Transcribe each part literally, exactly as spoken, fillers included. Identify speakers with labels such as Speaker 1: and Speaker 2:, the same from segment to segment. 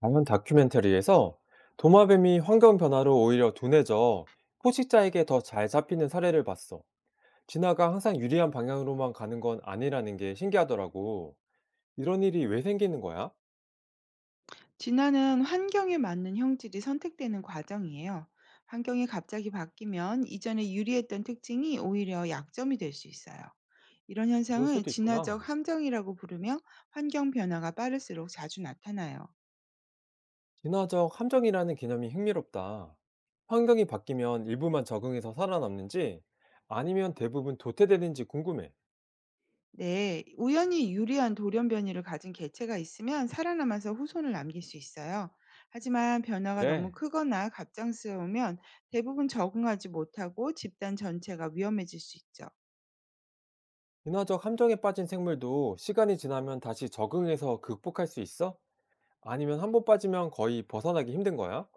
Speaker 1: 자연 다큐멘터리에서 도마뱀이 환경 변화로 오히려 둔해져 포식자에게 더 잘 잡히는 사례를 봤어. 진화가 항상 유리한 방향으로만 가는 건 아니라는 게 신기하더라고. 이런 일이 왜 생기는 거야?
Speaker 2: 진화는 환경에 맞는 형질이 선택되는 과정이에요. 환경이 갑자기 바뀌면 이전에 유리했던 특징이 오히려 약점이 될 수 있어요. 이런
Speaker 1: 그럴
Speaker 2: 현상을
Speaker 1: 수도
Speaker 2: 진화적
Speaker 1: 있구나.
Speaker 2: 함정이라고 부르며, 환경 변화가 빠를수록 자주 나타나요.
Speaker 1: 진화적 함정이라는 개념이 흥미롭다. 환경이 바뀌면 일부만 적응해서 살아남는지 아니면 대부분 도태되는지 궁금해.
Speaker 2: 네, 우연히 유리한 돌연변이를 가진 개체가 있으면 살아남아서 후손을 남길 수 있어요. 하지만 변화가 너무
Speaker 1: 그래.
Speaker 2: 크거나 갑작스러우면 대부분 적응하지 못하고 집단 전체가 위험해질 수 있죠.
Speaker 1: 진화적 함정에 빠진 생물도 시간이 지나면 다시 적응해서 극복할 수 있어? 아니면 한 번 빠지면 거의 벗어나기 힘든 거야?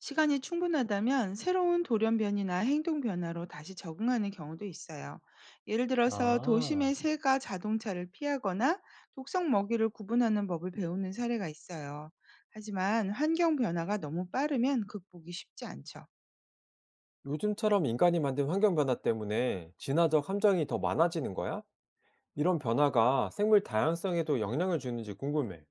Speaker 2: 시간이 충분하다면 새로운 돌연변이나 행동 변화로 다시 적응하는 경우도 있어요. 예를 들어서
Speaker 1: 아.
Speaker 2: 도심의 새가 자동차를 피하거나 독성 먹이를 구분하는 법을 배우는 사례가 있어요. 하지만 환경 변화가 너무 빠르면 극복이 쉽지 않죠.
Speaker 1: 요즘처럼 인간이 만든 환경 변화 때문에 진화적 함정이 더 많아지는 거야? 이런 변화가 생물 다양성에도 영향을 주는지 궁금해.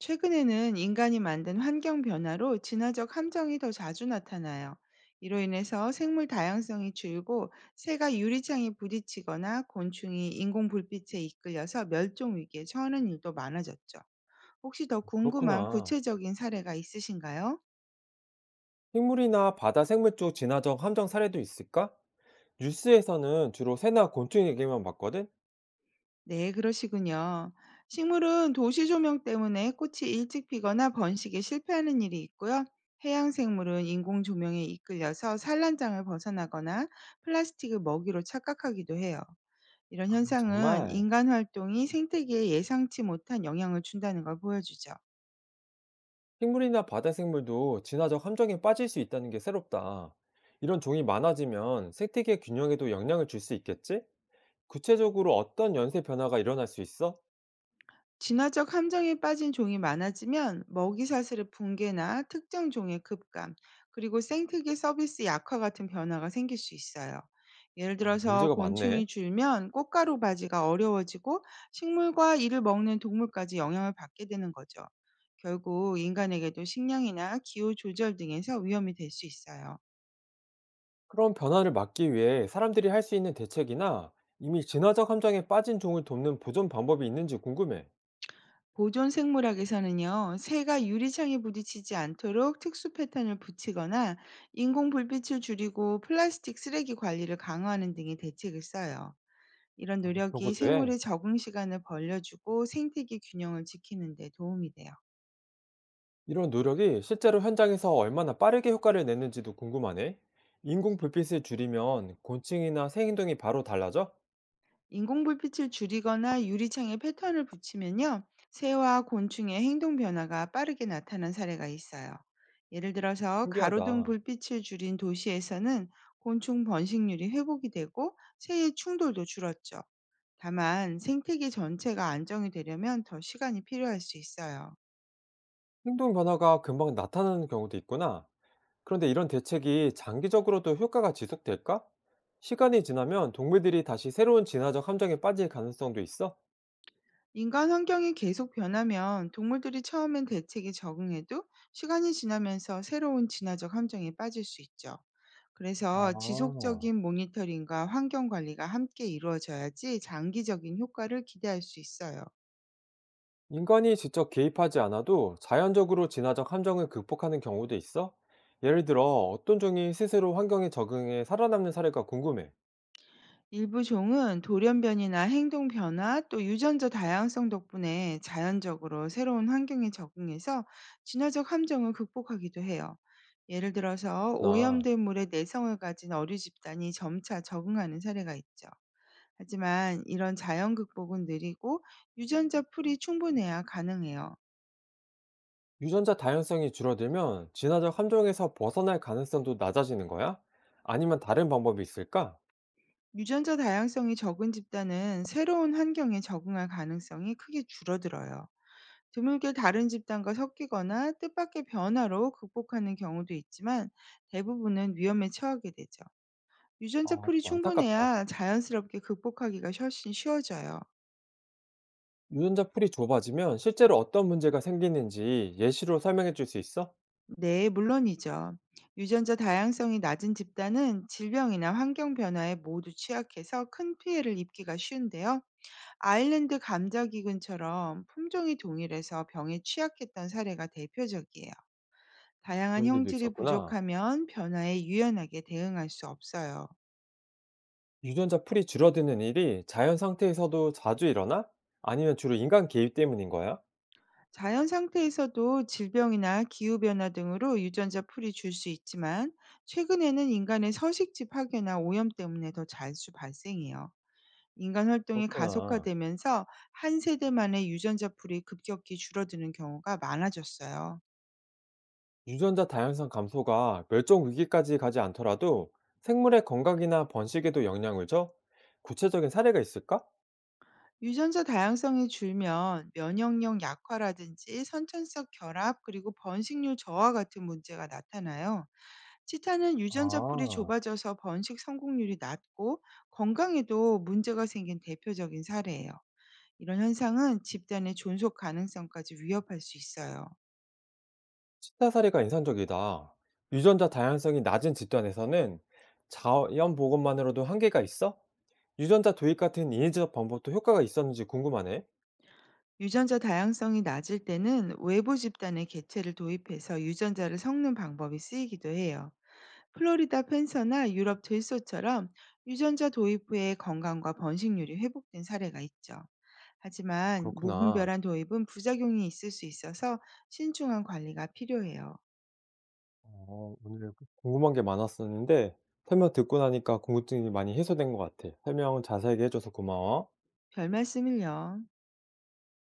Speaker 2: 최근에는 인간이 만든 환경 변화로 진화적 함정이 더 자주 나타나요. 이로 인해서 생물 다양성이 줄고, 새가 유리창에 부딪히거나 곤충이 인공 불빛에 이끌려서 멸종 위기에 처하는 일도 많아졌죠. 혹시 더 궁금한
Speaker 1: 그렇구나.
Speaker 2: 구체적인 사례가 있으신가요?
Speaker 1: 식물이나 바다 생물 쪽 진화적 함정 사례도 있을까? 뉴스에서는 주로 새나 곤충 얘기만 봤거든?
Speaker 2: 네, 그러시군요. 식물은 도시 조명 때문에 꽃이 일찍 피거나 번식에 실패하는 일이 있고요. 해양 생물은 인공 조명에 이끌려서 산란장을 벗어나거나 플라스틱을 먹이로 착각하기도 해요. 이런
Speaker 1: 아
Speaker 2: 현상은
Speaker 1: 정말.
Speaker 2: 인간 활동이 생태계에 예상치 못한 영향을 준다는 걸 보여주죠.
Speaker 1: 식물이나 바다 생물도 진화적 함정에 빠질 수 있다는 게 새롭다. 이런 종이 많아지면 생태계 균형에도 영향을 줄 수 있겠지? 구체적으로 어떤 연쇄 변화가 일어날 수 있어?
Speaker 2: 진화적 함정에 빠진 종이 많아지면 먹이 사슬의 붕괴나 특정 종의 급감, 그리고 생태계 서비스 약화 같은 변화가 생길 수 있어요. 예를
Speaker 1: 아,
Speaker 2: 들어서
Speaker 1: 문제가 많네.
Speaker 2: 곤충이 줄면 꽃가루 바지가 어려워지고, 식물과 이를 먹는 동물까지 영향을 받게 되는 거죠. 결국 인간에게도 식량이나 기후 조절 등에서 위험이 될 수 있어요.
Speaker 1: 그런 변화를 막기 위해 사람들이 할 수 있는 대책이나 이미 진화적 함정에 빠진 종을 돕는 보존 방법이 있는지 궁금해.
Speaker 2: 보존 생물학에서는요, 새가 유리창에 부딪히지 않도록 특수 패턴을 붙이거나 인공 불빛을 줄이고 플라스틱 쓰레기 관리를 강화하는 등의 대책을 써요. 이런
Speaker 1: 아, 그런
Speaker 2: 노력이
Speaker 1: 것도
Speaker 2: 생물의
Speaker 1: 해.
Speaker 2: 적응 시간을 벌려주고 생태계 균형을 지키는 데 도움이 돼요.
Speaker 1: 이런 노력이 실제로 현장에서 얼마나 빠르게 효과를 내는지도 궁금하네. 인공 불빛을 줄이면 곤충이나 새 행동이 바로 달라져?
Speaker 2: 인공불빛을 줄이거나 유리창에 패턴을 붙이면요, 새와 곤충의 행동 변화가 빠르게 나타난 사례가 있어요. 예를 들어서 가로등
Speaker 1: 신기하다.
Speaker 2: 불빛을 줄인 도시에서는 곤충 번식률이 회복이 되고 새의 충돌도 줄었죠. 다만 생태계 전체가 안정이 되려면 더 시간이 필요할 수 있어요.
Speaker 1: 행동 변화가 금방 나타나는 경우도 있구나. 그런데 이런 대책이 장기적으로도 효과가 지속될까? 시간이 지나면 동물들이 다시 새로운 진화적 함정에 빠질 가능성도 있어?
Speaker 2: 인간 환경이 계속 변하면 동물들이 처음엔 대책에 적응해도 시간이 지나면서 새로운 진화적 함정에 빠질 수 있죠. 그래서
Speaker 1: 아,
Speaker 2: 지속적인 모니터링과 환경 관리가 함께 이루어져야지 장기적인 효과를 기대할 수 있어요.
Speaker 1: 인간이 직접 개입하지 않아도 자연적으로 진화적 함정을 극복하는 경우도 있어? 예를 들어 어떤 종이 스스로 환경에 적응해 살아남는 사례가 궁금해.
Speaker 2: 일부 종은 돌연변이나 행동 변화, 또 유전자 다양성 덕분에 자연적으로 새로운 환경에 적응해서 진화적 함정을 극복하기도 해요. 예를 들어서
Speaker 1: 나
Speaker 2: 오염된 물에 내성을 가진 어류 집단이 점차 적응하는 사례가 있죠. 하지만 이런 자연 극복은 느리고, 유전자 풀이 충분해야 가능해요.
Speaker 1: 유전자 다양성이 줄어들면 진화적 함정에서 벗어날 가능성도 낮아지는 거야? 아니면 다른 방법이 있을까?
Speaker 2: 유전자 다양성이 적은 집단은 새로운 환경에 적응할 가능성이 크게 줄어들어요. 드물게 다른 집단과 섞이거나 뜻밖의 변화로 극복하는 경우도 있지만, 대부분은 위험에 처하게 되죠. 유전자
Speaker 1: 아,
Speaker 2: 풀이
Speaker 1: 좀 안타깝다.
Speaker 2: 충분해야 자연스럽게 극복하기가 훨씬 쉬워져요.
Speaker 1: 유전자 풀이 좁아지면 실제로 어떤 문제가 생기는지 예시로 설명해 줄 수 있어?
Speaker 2: 네, 물론이죠. 유전자 다양성이 낮은 집단은 질병이나 환경 변화에 모두 취약해서 큰 피해를 입기가 쉬운데요. 아일랜드 감자기근처럼 품종이 동일해서 병에 취약했던 사례가 대표적이에요. 다양한
Speaker 1: 그런 일도
Speaker 2: 형질이
Speaker 1: 있었구나.
Speaker 2: 부족하면 변화에 유연하게 대응할 수 없어요.
Speaker 1: 유전자 풀이 줄어드는 일이 자연 상태에서도 자주 일어나? 아니면 주로 인간 개입 때문인 거야?
Speaker 2: 자연 상태에서도 질병이나 기후변화 등으로 유전자 풀이 줄 수 있지만, 최근에는 인간의 서식지 파괴나 오염 때문에 더 자주 발생해요. 인간 활동이
Speaker 1: 그렇구나.
Speaker 2: 가속화되면서 한 세대만의 유전자 풀이 급격히 줄어드는 경우가 많아졌어요.
Speaker 1: 유전자 다양성 감소가 멸종 위기까지 가지 않더라도 생물의 건강이나 번식에도 영향을 줘? 구체적인 사례가 있을까?
Speaker 2: 유전자 다양성이 줄면 면역력 약화라든지 선천성 결합, 그리고 번식률 저하 같은 문제가 나타나요. 치타는 유전자 풀이
Speaker 1: 아.
Speaker 2: 좁아져서 번식 성공률이 낮고 건강에도 문제가 생긴 대표적인 사례예요. 이런 현상은 집단의 존속 가능성까지 위협할 수 있어요.
Speaker 1: 치타 사례가 인상적이다. 유전자 다양성이 낮은 집단에서는 자연 복원만으로도 한계가 있어? 유전자 도입 같은 인위적 방법도 효과가 있었는지 궁금하네.
Speaker 2: 유전자 다양성이 낮을 때는 외부 집단의 개체를 도입해서 유전자를 섞는 방법이 쓰이기도 해요. 플로리다 팬서나 유럽 들소처럼 유전자 도입 후에 건강과 번식률이 회복된 사례가 있죠. 하지만
Speaker 1: 그렇구나.
Speaker 2: 무분별한 도입은 부작용이 있을 수 있어서 신중한 관리가 필요해요.
Speaker 1: 어, 오늘 궁금한 게 많았었는데 설명 듣고 나니까 궁금증이 많이 해소된 것 같아. 설명 자세하게 해줘서 고마워.
Speaker 2: 별 말씀을요.